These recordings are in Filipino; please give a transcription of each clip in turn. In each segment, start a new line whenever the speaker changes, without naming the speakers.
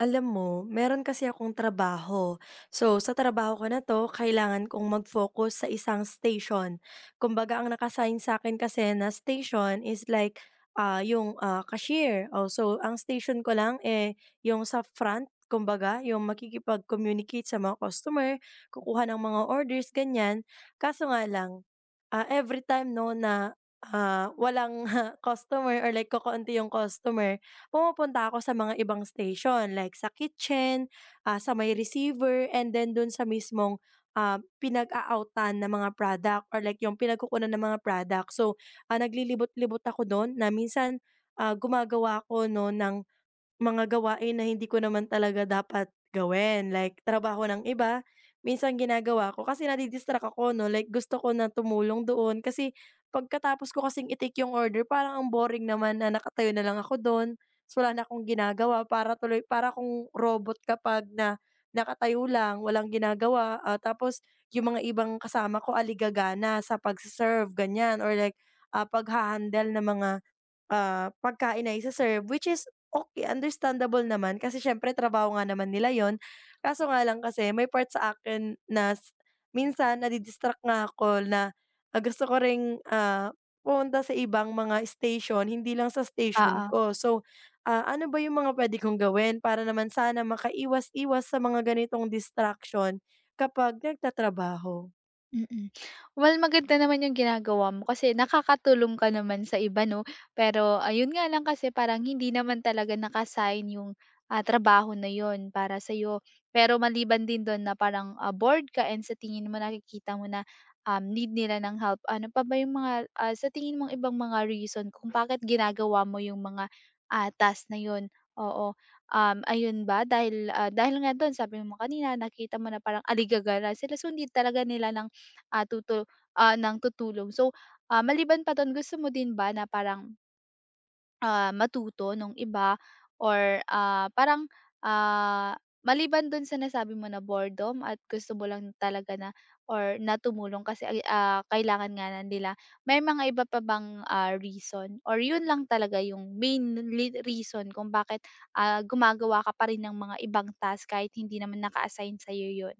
Alam mo, meron kasi akong trabaho. So, sa trabaho ko na to, kailangan kong mag-focus sa isang station. Kumbaga, ang naka sa akin kasi na station is like cashier. Oh, so, ang station ko lang eh yung sa front, kumbaga, yung makikipag-communicate sa mga customer, kukuha ng mga orders, ganyan. Kaso nga lang, every time no na walang customer or like kokonti yung customer, pumupunta ako sa mga ibang station like sa kitchen, sa may receiver, and then dun sa mismong, pinag-a-outan ng mga product or like yung pinagkukunan ng mga product. So, naglilibot-libot ako dun na minsan, gumagawa ako 'no ng mga gawain na hindi ko naman talaga dapat gawin, like trabaho ng iba, minsan ginagawa ko kasi nadi ako 'no, like gusto ko na tumulong doon kasi pagkatapos ko kasing itik yung order parang ang boring naman na nakatayo na lang ako dun, so wala na akong ginagawa para tuloy kung robot kapag na nakatayo lang, walang ginagawa, tapos yung mga ibang kasama ko, aligagana sa pagse-serve, ganyan or like, paghahandle ng mga pagkain na ise-serve, which is okay, understandable naman kasi siyempre trabaho nga naman nila yon. Kaso nga lang kasi may part sa akin na minsan nadi-distract nga ako na, gusto ko ring, pumunta sa ibang mga station, hindi lang sa station
Oo.
ko. So, ano ba yung mga puwede kong gawin para naman sana makaiwas-iwas sa mga ganitong distraction kapag nagtatrabaho?
Mm. Well, maganda naman yung ginagawa mo kasi nakakatulong ka naman sa iba 'no. Pero ayun nga lang kasi parang hindi naman talaga naka yung, trabaho na yon para sa sa'yo. Pero maliban din dun na parang, bored ka and sa tingin mo nakikita mo na, need nila ng help, ano pa ba yung mga, sa tingin mong ibang mga reason kung bakit ginagawa mo yung mga, task na yon. Oo. Ayun ba dahil, dahil nga dun sabi mo kanina nakita mo na parang aligagara sila so hindi talaga nila ng ah, tutu ng tutulong. So, maliban pa dun gusto mo din ba na parang, matuto nung iba or, parang, ah, maliban dun sa nasabi mo na boredom at gusto mo lang talaga na or natumulong kasi ay, kailangan nga na nila, may mga iba pa bang, reason or yun lang talaga yung main li reason kung bakit, gumagawa ka pa rin ng mga ibang task kahit hindi naman naka-assign sa'yo yun?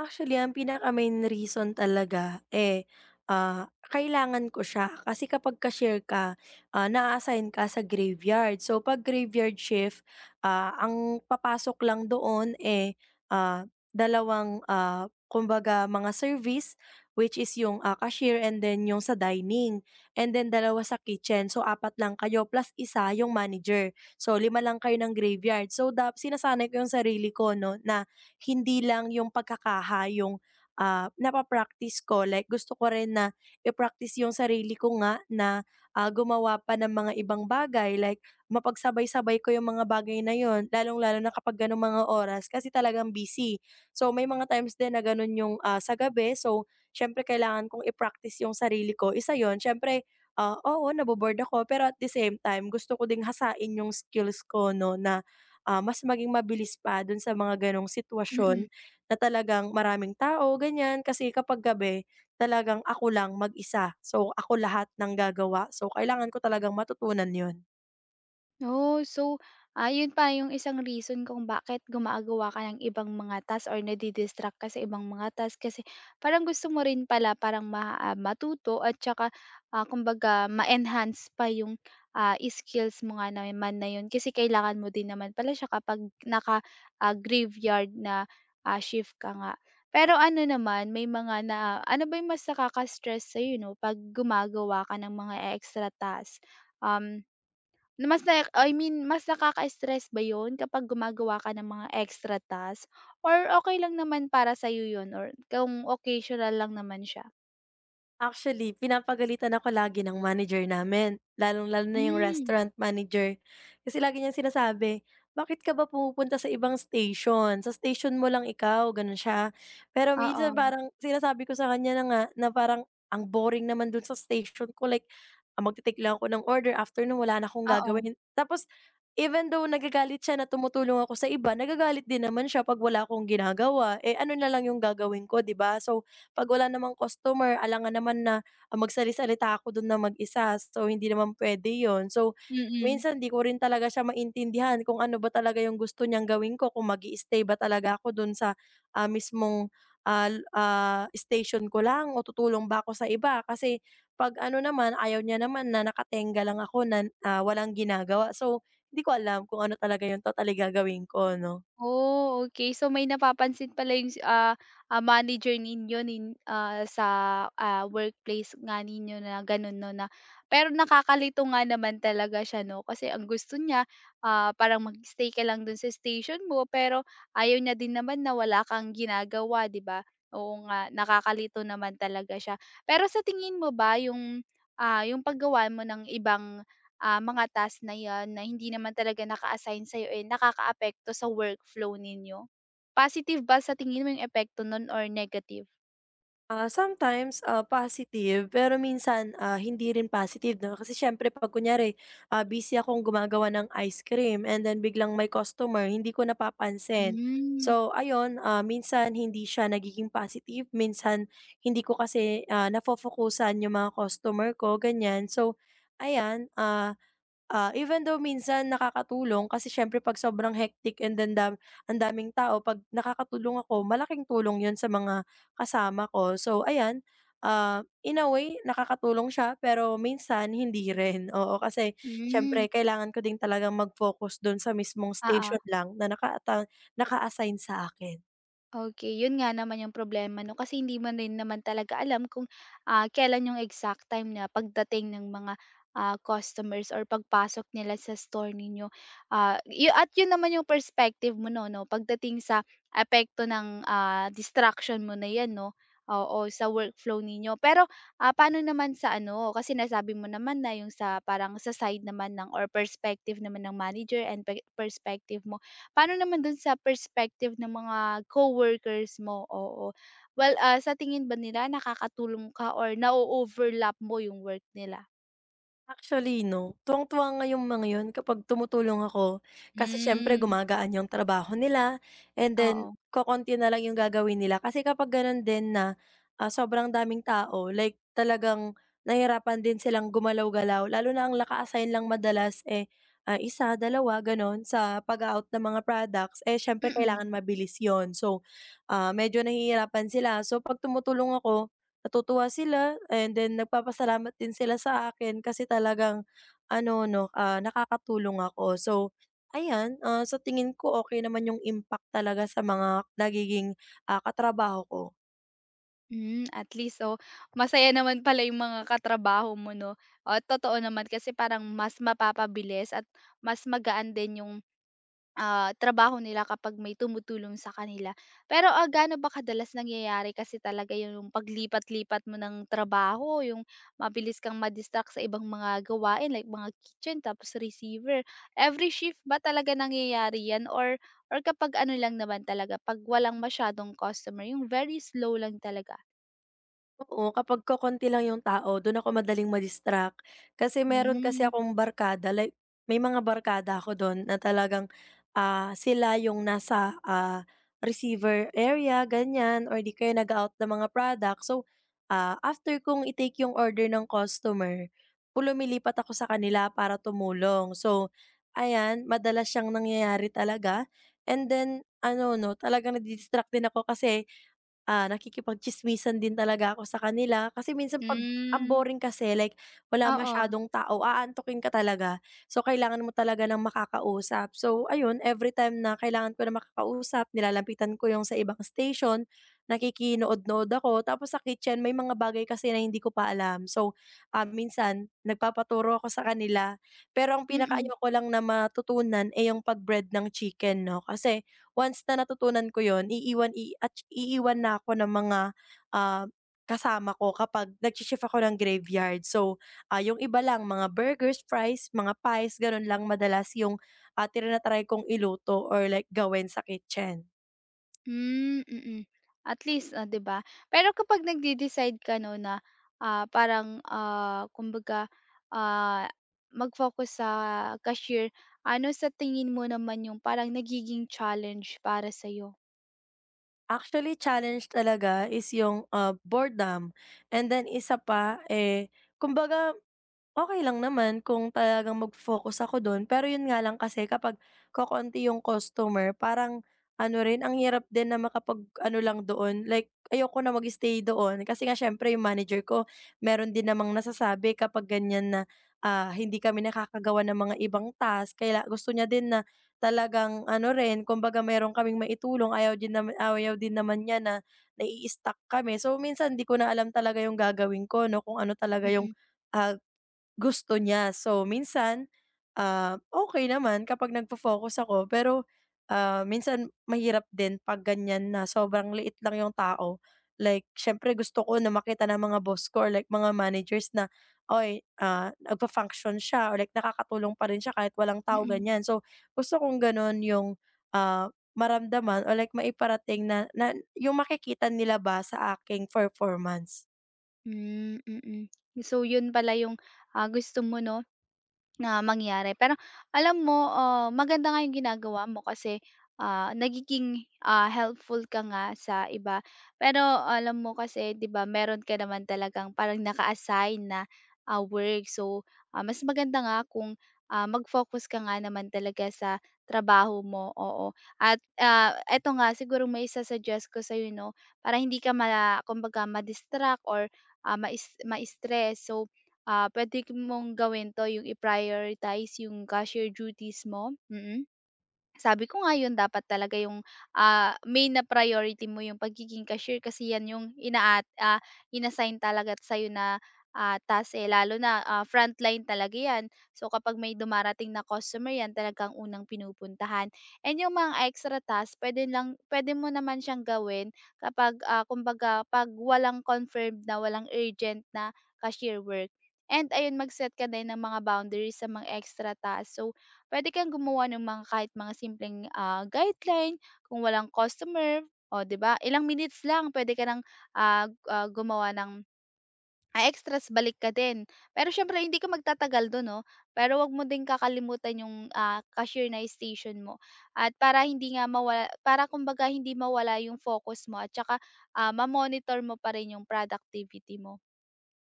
Actually, ang pinaka-main reason talaga, eh, kailangan ko siya kasi kapag cashier ka, naa-assign ka sa graveyard. So, 'pag graveyard shift, ang papasok lang doon, eh, dalawang, kumbaga mga service, which is yung, cashier, and then yung sa dining, and then dalawa sa kitchen. So, apat lang kayo plus isa yung manager. So, lima lang kayo ng graveyard. So, dap sinasanay ko yung sarili ko 'no na hindi lang yung pagkakaha yung, napa ko, like gusto ko rin na i-practice yung sarili ko nga na, gumawa pa ng mga ibang bagay like mapagsabay-sabay ko yung mga bagay na yon. Lalong-lalo na kapag gano'ng mga oras kasi talagang busy. So, may mga times din na gano'n yung, sa gabi, so siyempre kailangan kong i-practice yung sarili ko, isa yun siyempre, oo, nabo-bored ako pero at the same time gusto ko ding hasain yung skills ko 'no na mas maging mabilis pa dun sa mga ganong
Mm.
sitwasyon na talagang maraming tao, ganyan. Kasi kapag gabi, talagang ako lang mag-isa. So, ako lahat ng gagawa. So, kailangan ko talagang matutunan yun.
Oh, so, ayun pa yung isang reason kung bakit gumagawa ka ng ibang mga task or nadi-distract ka sa ibang mga task kasi parang gusto mo rin pala parang ma matuto at saka, kumbaga ma-enhance pa yung, skills mo nga naman na yun kasi kailangan mo din naman pala siya kapag naka, graveyard na, shift ka nga. Pero ano naman, may mga na ano ba yung mas nakaka-stress sa'yo 'no, 'pag gumagawa ka ng mga extra task? Um na mas na I mean, mas nakaka-stress ba yun kapag gumagawa ka ng mga extra task or okay lang naman para sa'yo yun or kung occasional lang naman siya?
Actually, pinapagalitan ako lagi ng manager namin, lalong-lalo na yung
Hmm.
restaurant manager. Kasi lagi niyang sinasabi, "Bakit ka ba pumupunta sa ibang station? Sa station mo lang ikaw," gano'n siya. Pero minsan
Oo,
parang sinasabi ko sa kanya na nga na parang ang boring naman dun sa station ko, like, magte-take lang ako ng order, after nun wala na akong
oo,
gagawin. Tapos even though nagagalit siya na tumutulong ako sa iba, nagagalit din naman siya 'pag wala akong ginagawa. Eh, ano na lang yung gagawin ko, 'di ba? So 'pag wala namang customer alangan naman na, magsali-salita ako dun ng mag-isa, so hindi naman pwede yon. So,
mm.
minsan 'di ko rin talaga siya maintindihan kung ano ba talaga yung gusto niyang gawin ko, kung mag stay ba talaga ako dun sa, mismong, station ko lang o tutulong ba ako sa iba. Kasi 'pag ano naman, ayaw niya naman na nakatengga lang ako na, walang ginagawa. So, hindi ko alam kung ano talaga yung totally gagawin ko 'no.
Oh, okay. So may napapansin pala yung, manager ninyo nin ah, sa, workplace nga ninyo na gano'n 'no, na pero nakakalito nga naman talaga siya 'no, kasi ang gusto niya, parang mag-stay ka lang dun sa station mo, pero ayaw niya din naman na wala kang ginagawa, 'di ba? Oo nga, nakakalito naman talaga siya. Pero sa tingin mo ba yung, yung paggawa mo ng ibang mga task na 'yan na hindi naman talaga naka-assign sa'yo, eh, nakakaapekto sa workflow ninyo? Positive ba sa tingin mo yung epekto nun or negative?
Sometimes, positive pero minsan, hindi rin positive 'no, kasi siyempre 'pag kunyari, busy akong gumagawa ng ice cream and then biglang may customer hindi ko napapansin.
Hmm,
So ayun, minsan hindi siya nagiging positive, minsan hindi ko kasi, nafo yung mga customer ko, ganyan. So ayan, even though minsan nakakatulong kasi siyempre 'pag sobrang hectic and then dam ang daming tao 'pag nakakatulong ako malaking tulong 'yun sa mga kasama ko. So ayan, in a way nakakatulong siya pero minsan hindi rin, oo. Kasi
hmm.
siyempre kailangan ko din talagang mag-focus dun sa mismong
Oo.
station lang na naka-assign sa akin.
Okay, yun nga naman yung problema 'no, kasi hindi man rin naman talaga alam kung, kailan yung exact time na pagdating ng mga, customers or pagpasok nila sa store ninyo. Ah, yu at yun naman yung perspective mo 'no 'no, pagdating sa epekto ng, distraction mo na 'yan 'no, o o sa workflow ninyo. Pero, paano naman sa ano, kasi nasabi mo naman na yung sa parang sa side naman ng or perspective naman ng manager and pe perspective mo. Paano naman dun sa perspective ng mga coworkers mo? Oo. Well, sa tingin ba nila nakakatulong ka or na overlap mo yung work nila?
Actually 'no, tuwang-tuwa nga yung mga yun kapag tumutulong ako. Kasi siyempre
Hmm,
gumagaan yung trabaho nila and then
oo.
kokonti na lang yung gagawin nila. Kasi kapag ganun din na, sobrang daming tao like talagang nahihirapan din silang gumalaw-galaw lalo na ang naka-assign lang madalas, eh, isa, dalawa ganun sa pag out ng mga products, eh, siyempre
Mm.
kailangan mabilis yon. So, medyo nahihirapan sila. So, 'pag tumutulong ako natutuwa sila and then nagpapasalamat din sila sa akin kasi talagang ano 'no, nakakatulong ako. So, ayan, sa tingin ko okay naman yung impact talaga sa mga nagiging, katrabaho ko.
Hmm, at least so, masaya naman pala yung mga katrabaho mo 'no? Oo, totoo naman kasi parang mas mapapabilis at mas magaan din yung trabaho nila kapag may tumutulong sa kanila. Pero, gaano ba kadalas nangyayari kasi talaga yung paglipat-lipat mo ng trabaho, yung mabilis kang ma sa ibang mga gawain like mga kitchen tapos receiver. Every shift ba talaga nangyayari 'yan or kapag ano lang naman talaga, 'pag walang masyadong customer, yung very slow lang talaga?
Oo, kapag kokonti lang yung tao dun ako madaling ma-distract. Kasi meron kasi
Hmm.
akong barkada like may mga barkada ako dun na talagang, sila yung nasa, receiver area ganyan or di kaya nag-a-out ng mga product. So, after kong i-take yung order ng customer, lumilipat ako sa kanila para tumulong. So, ayan madalas siyang nangyayari talaga and then ano 'no, talagang nadi din ako kasi nakikipagtsismisan din talaga ako sa kanila kasi minsan 'pag ang
Hmm.
boring kasi like wala
Oo.
masyadong tao, aantukin ka talaga. So, kailangan mo talaga ng makakausap. So, ayun every time na kailangan ko ng makakausap, nilalapitan ko yung sa ibang station, nakikinood-nood ako. Tapos sa kitchen may mga bagay kasi na hindi ko pa alam. So, minsan nagpapaturo ako sa kanila. Pero ang pinaka
Mm.
ko lang na matutunan, ay yung pag-bread ng chicken 'no, kasi Once na natutunan ko yun iiwan i at iiwan na ako ng mga, ah, kasama ko kapag nagshi-shift ako ng graveyard. So, yung iba lang mga burgers, fries, mga pies, ganun lang madalas yung, tina-try kong iluto or like gawin sa kitchen.
Hmm, mm. At least, 'di ba? Pero kapag nagde-decide ka 'no na, parang, kumbaga, ah, mag-focus sa cashier, ano sa tingin mo naman yung parang nagiging challenge para sa'yo?
Actually, challenge talaga is yung, boredom and then isa pa, eh, kumbaga Okey lang naman kung talagang mag focus ako dun, pero yun nga lang kasi kapag kokonti yung customer parang ano rin ang hirap din na makapag-ano lang doon, like ayoko na mag-stay doon kasi nga siyempre yung manager ko meron din namang nasasabi kapag ganyan na, hindi kami nakakagawa ng mga ibang task kaila gusto niya din na talagang ano rin kumbaga meron kaming maitulong ayaw din naman niya na nai-stuck kami. So minsan di ko na alam talaga yung gagawin ko 'no, kung ano talaga yung,
Mm,
ah gusto niya. So minsan, okey naman kapag nagfo-focus ako pero, minsan mahirap din 'pag ganyan na sobrang liit lang yung tao. Like siyempre gusto ko na makita ng mga boss ko or like mga managers na, "oy nagfa-function siya or like nakakatulong pa rin siya kahit walang tao,"
mm.
ganyan. So gusto kong gano'n yung, maramdaman or like maiparating na na yung makikita nila ba sa aking performance.
Hmm, mm. So, yun pala yung, gusto mo 'no, na mangyari. Pero alam mo, maganda nga yung ginagawa mo kasi, nagiging, helpful ka nga sa iba. Pero alam mo kasi 'di ba meron ka naman talagang parang naka-assign na, work. So, mas maganda nga kung, mag-focus ka nga naman talaga sa trabaho mo, oo. At, eto nga siguro maisa-suggest ko sa'yo 'no, para hindi ka ma kumbaga ma-distract or mais ma-stress. So, puwede mong gawin 'to, yung i-prioritize yung cashier duties mo, mm. Mm. Sabi ko nga yun dapat talaga yung, main na priority mo yung pagiging cashier kasi yan yung inaat ah, inassign talaga sa'yo na, task, eh, lalo na, frontline talaga yan. So, kapag may dumarating na customer yan talagang unang pinupuntahan. And yung mga extra task puwede lang puwede mo naman siyang gawin kapag, kumbaga 'pag walang confirmed na walang urgent na cashier work. And ayun mag-set ka din ng mga boundaries sa mga extra task. So puwede kang gumawa ng mga kahit mga simpleng, guideline kung walang customer, o 'di ba, ilang minutes lang puwede ka ng, gumawa ng, extras balik ka din. Pero syempre hindi ka magtatagal do'n 'no, pero wag mo din kakalimutan yung, cashier na station mo at para hindi nga mawala para kumbaga hindi mawala yung focus mo at saka, ma-monitor mo pa rin yung productivity mo.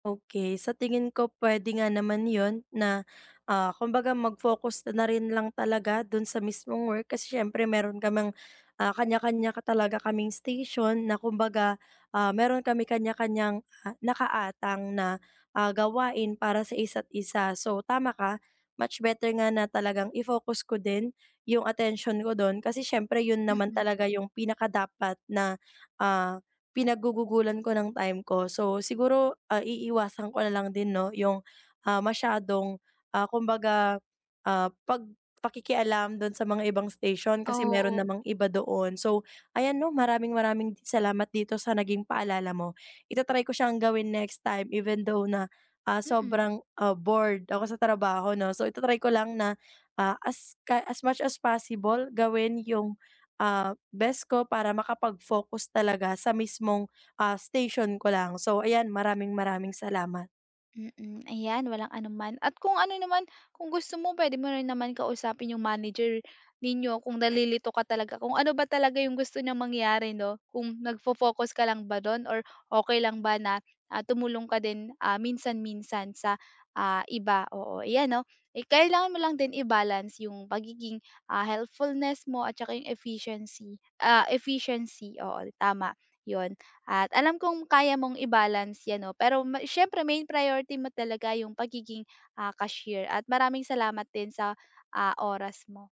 Okay, sa tingin ko puwede nga naman yon na, kumbaga mag-focus na na rin lang talaga dun sa mismong work kasi siyempre meron kamang, kanya-kanya ka talaga kaming station na kumbaga, meron kami kanya-kanyang, nakaatang na, gawain para sa isa't isa. So tama ka, much better nga na talagang i-focus ko din yung attention ko dun kasi siyempre yun naman
Mm,
talaga yung pinakadapat na, ah pinagugugulan ko ng time ko. So, siguro, iiwasan ko na lang din 'no, yung, masyadong, kumbaga, ah, pag pakikialam dun sa mga ibang station kasi
oo,
meron namang iba doon. So, ayan 'no, maraming maraming salamat dito sa naging paalala mo. Ita-try ko siyang gawin next time even though na,
mm.
sobrang, bored ako sa trabaho 'no. So, ita-try ko lang na, as much as possible gawin yung best ko para makapag-focus talaga sa mismong, station ko lang. So ayan, maraming maraming salamat.
Mm, ayan walang anuman. At kung ano naman, kung gusto mo pwede mo rin naman kausapin yung manager ninyo kung nalilito ka talaga, kung ano ba talaga yung gusto niyang mangyari 'no? Kung nagfo-focus ka lang ba dun or okay lang ba na, tumulong ka din, minsan-minsan sa, iba, oo. Ayan 'no, eh, kailangan mo lang din i-balance yung pagiging, helpfulness mo at saka yung efficiency, efficiency, oo tama, yun. At alam kong kaya mong i-balance 'yan 'no, pero ma siyempre main priority mo talaga yung pagiging, cashier at maraming salamat din sa, oras mo.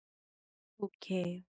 Okay.